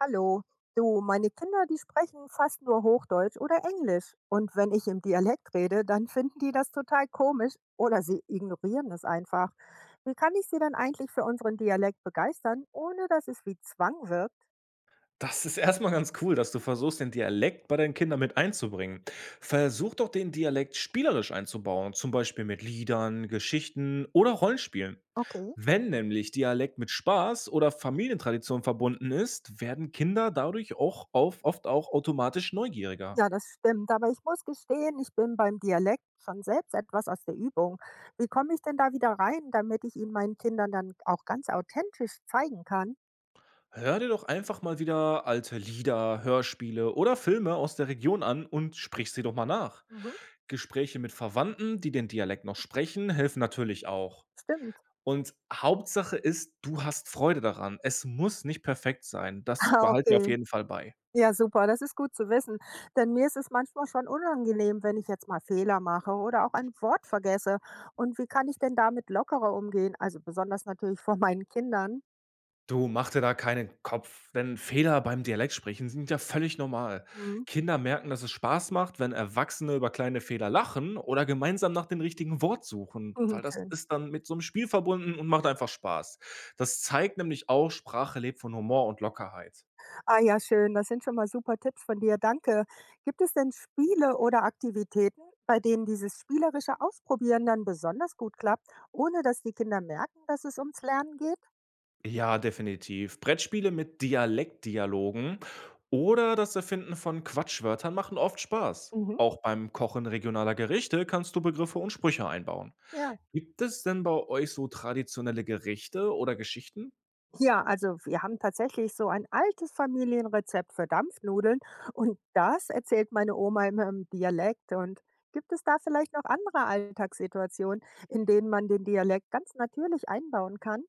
Hallo, du, meine Kinder, die sprechen fast nur Hochdeutsch oder Englisch. Und wenn ich im Dialekt rede, dann finden die das total komisch oder sie ignorieren es einfach. Wie kann ich sie denn eigentlich für unseren Dialekt begeistern, ohne dass es wie Zwang wirkt? Das ist erst mal ganz cool, dass du versuchst, den Dialekt bei deinen Kindern mit einzubringen. Versuch doch, den Dialekt spielerisch einzubauen, zum Beispiel mit Liedern, Geschichten oder Rollenspielen. Okay. Wenn nämlich Dialekt mit Spaß oder Familientradition verbunden ist, werden Kinder dadurch oft auch automatisch neugieriger. Ja, das stimmt, aber ich muss gestehen, ich bin beim Dialekt schon selbst etwas aus der Übung. Wie komme ich denn da wieder rein, damit ich ihn meinen Kindern dann auch ganz authentisch zeigen kann? Hör dir doch einfach mal wieder alte Lieder, Hörspiele oder Filme aus der Region an und sprich sie doch mal nach. Mhm. Gespräche mit Verwandten, die den Dialekt noch sprechen, helfen natürlich auch. Stimmt. Und Hauptsache ist, du hast Freude daran. Es muss nicht perfekt sein. Das Ah, behalt dir auf okay. jeden Fall bei. Ja, super, das ist gut zu wissen. Denn mir ist es manchmal schon unangenehm, wenn ich jetzt mal Fehler mache oder auch ein Wort vergesse. Und wie kann ich denn damit lockerer umgehen? Also besonders natürlich vor meinen Kindern. Du, mach dir da keinen Kopf, denn Fehler beim Dialektsprechen sind ja völlig normal. Mhm. Kinder merken, dass es Spaß macht, wenn Erwachsene über kleine Fehler lachen oder gemeinsam nach dem richtigen Wort suchen, weil Mhm, das schön. ist dann mit so einem Spiel verbunden und macht einfach Spaß. Das zeigt nämlich auch, Sprache lebt von Humor und Lockerheit. Ah ja, schön. Das sind schon mal super Tipps von dir. Danke. Gibt es denn Spiele oder Aktivitäten, bei denen dieses spielerische Ausprobieren dann besonders gut klappt, ohne dass die Kinder merken, dass es ums Lernen geht? Ja, definitiv. Brettspiele mit Dialektdialogen oder das Erfinden von Quatschwörtern machen oft Spaß. Mhm. Auch beim Kochen regionaler Gerichte kannst du Begriffe und Sprüche einbauen. Ja. Gibt es denn bei euch so traditionelle Gerichte oder Geschichten? Ja, also wir haben tatsächlich so ein altes Familienrezept für Dampfnudeln und das erzählt meine Oma immer im Dialekt. Und gibt es da vielleicht noch andere Alltagssituationen, in denen man den Dialekt ganz natürlich einbauen kann?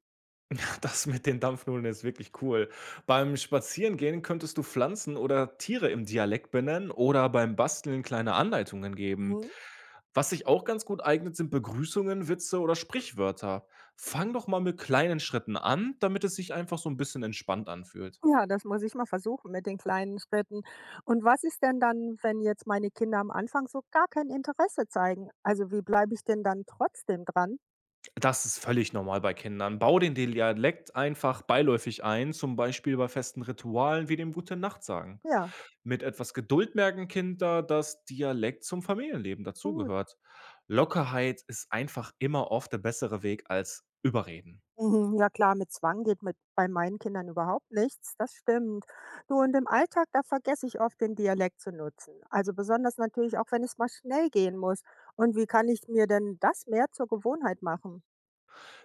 Das mit den Dampfnudeln ist wirklich cool. Beim Spazierengehen könntest du Pflanzen oder Tiere im Dialekt benennen oder beim Basteln kleine Anleitungen geben. Mhm. Was sich auch ganz gut eignet, sind Begrüßungen, Witze oder Sprichwörter. Fang doch mal mit kleinen Schritten an, damit es sich einfach so ein bisschen entspannt anfühlt. Ja, das muss ich mal versuchen mit den kleinen Schritten. Und was ist denn dann, wenn jetzt meine Kinder am Anfang so gar kein Interesse zeigen? Also wie bleibe ich denn dann trotzdem dran? Das ist völlig normal bei Kindern. Bau den Dialekt einfach beiläufig ein, zum Beispiel bei festen Ritualen wie dem Gute Nacht sagen. Ja, Mit etwas Geduld merken Kinder, dass Dialekt zum Familienleben gut. dazugehört. Lockerheit ist einfach immer oft der bessere Weg als Überreden. Mhm, ja klar, mit Zwang geht mit bei meinen Kindern überhaupt nichts. Das stimmt. Du und im Alltag, da vergesse ich oft den Dialekt zu nutzen. Also besonders natürlich auch, wenn es mal schnell gehen muss. Und wie kann ich mir denn das mehr zur Gewohnheit machen?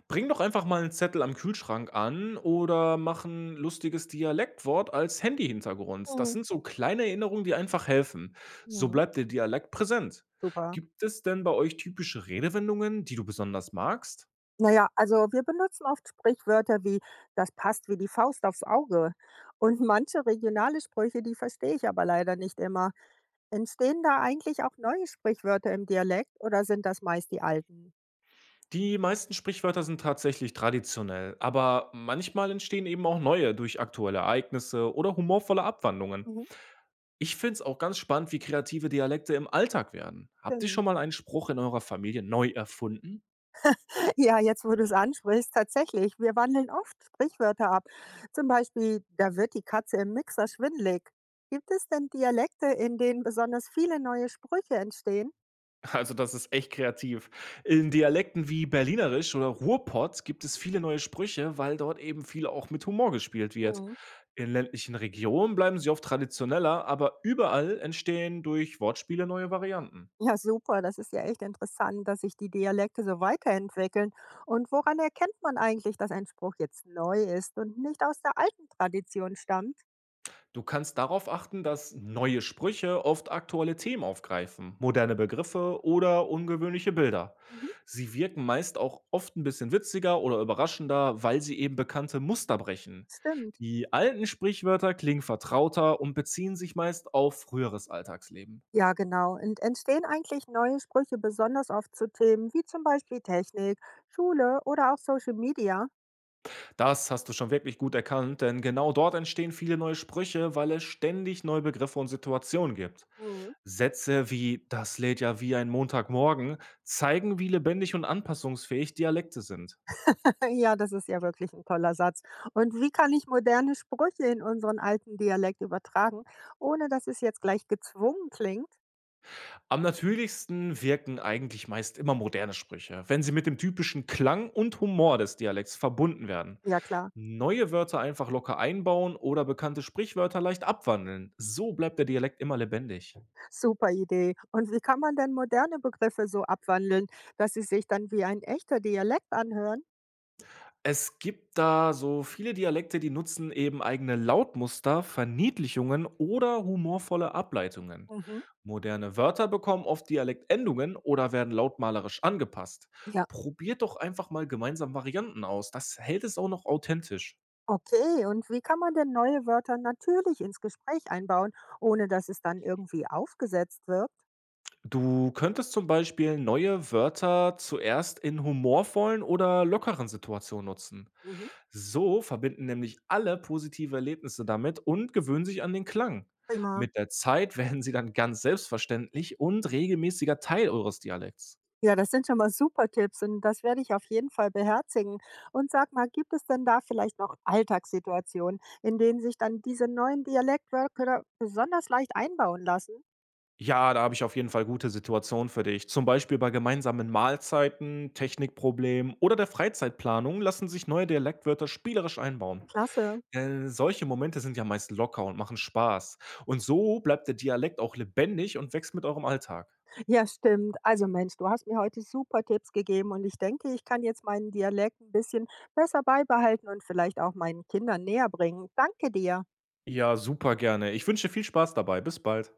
Bring doch einfach mal einen Zettel am Kühlschrank an oder mach ein lustiges Dialektwort als Handy-Hintergrund. Das Mhm. sind so kleine Erinnerungen, die einfach helfen. So Mhm. bleibt der Dialekt präsent. Super. Gibt es denn bei euch typische Redewendungen, die du besonders magst? Naja, also wir benutzen oft Sprichwörter wie das passt wie die Faust aufs Auge. Und manche regionale Sprüche, die verstehe ich aber leider nicht immer. Entstehen da eigentlich auch neue Sprichwörter im Dialekt oder sind das meist die alten? Die meisten Sprichwörter sind tatsächlich traditionell, aber manchmal entstehen eben auch neue durch aktuelle Ereignisse oder humorvolle Abwandlungen. Mhm. Ich finde es auch ganz spannend, wie kreative Dialekte im Alltag werden. Habt ihr Stimmt. schon mal einen Spruch in eurer Familie neu erfunden? Ja, jetzt, wo du es ansprichst, tatsächlich. Wir wandeln oft Sprichwörter ab. Zum Beispiel, da wird die Katze im Mixer schwindelig. Gibt es denn Dialekte, in denen besonders viele neue Sprüche entstehen? Also das ist echt kreativ. In Dialekten wie Berlinerisch oder Ruhrpott gibt es viele neue Sprüche, weil dort eben viel auch mit Humor gespielt wird. Mhm. In ländlichen Regionen bleiben sie oft traditioneller, aber überall entstehen durch Wortspiele neue Varianten. Ja, super. Das ist ja echt interessant, dass sich die Dialekte so weiterentwickeln. Und woran erkennt man eigentlich, dass ein Spruch jetzt neu ist und nicht aus der alten Tradition stammt? Du kannst darauf achten, dass neue Sprüche oft aktuelle Themen aufgreifen, moderne Begriffe oder ungewöhnliche Bilder. Mhm. Sie wirken meist auch oft ein bisschen witziger oder überraschender, weil sie eben bekannte Muster brechen. Stimmt. Die alten Sprichwörter klingen vertrauter und beziehen sich meist auf früheres Alltagsleben. Ja, genau. Und entstehen eigentlich neue Sprüche besonders oft zu Themen wie zum Beispiel Technik, Schule oder auch Social Media? Das hast du schon wirklich gut erkannt, denn genau dort entstehen viele neue Sprüche, weil es ständig neue Begriffe und Situationen gibt. Mhm. Sätze wie „Das lädt ja wie ein Montagmorgen“ zeigen, wie lebendig und anpassungsfähig Dialekte sind. Ja, das ist ja wirklich ein toller Satz. Und wie kann ich moderne Sprüche in unseren alten Dialekt übertragen, ohne dass es jetzt gleich gezwungen klingt? Am natürlichsten wirken eigentlich meist immer moderne Sprüche, wenn sie mit dem typischen Klang und Humor des Dialekts verbunden werden. Ja klar, Neue Wörter einfach locker einbauen oder bekannte Sprichwörter leicht abwandeln. So bleibt der Dialekt immer lebendig. super Idee. Und wie kann man denn moderne Begriffe so abwandeln, dass sie sich dann wie ein echter Dialekt anhören? Es gibt da so viele Dialekte, die nutzen eben eigene Lautmuster, Verniedlichungen oder humorvolle Ableitungen. Mhm. Moderne Wörter bekommen oft Dialektendungen oder werden lautmalerisch angepasst. Ja, Probiert doch einfach mal gemeinsam Varianten aus. Das hält es auch noch authentisch. okay, und wie kann man denn neue Wörter natürlich ins Gespräch einbauen, ohne dass es dann irgendwie aufgesetzt wirkt? Du könntest zum Beispiel neue Wörter zuerst in humorvollen oder lockeren Situationen nutzen. Mhm. So verbinden nämlich alle positive Erlebnisse damit und gewöhnen sich an den Klang. Prima. Mit der Zeit werden sie dann ganz selbstverständlich und regelmäßiger Teil eures Dialekts. Ja, das sind schon mal super Tipps und das werde ich auf jeden Fall beherzigen. Und sag mal, gibt es denn da vielleicht noch Alltagssituationen, in denen sich dann diese neuen Dialektwörter besonders leicht einbauen lassen? Ja, da habe ich auf jeden Fall gute Situationen für dich. Zum Beispiel bei gemeinsamen Mahlzeiten, Technikproblemen oder der Freizeitplanung lassen sich neue Dialektwörter spielerisch einbauen. Klasse. Solche Momente sind ja meist locker und machen Spaß. Und so bleibt der Dialekt auch lebendig und wächst mit eurem Alltag. Ja, stimmt. Also Mensch, du hast mir heute super Tipps gegeben und ich denke, ich kann jetzt meinen Dialekt ein bisschen besser beibehalten und vielleicht auch meinen Kindern näher bringen. Danke dir. Ja, super gerne. Ich wünsche viel Spaß dabei. Bis bald.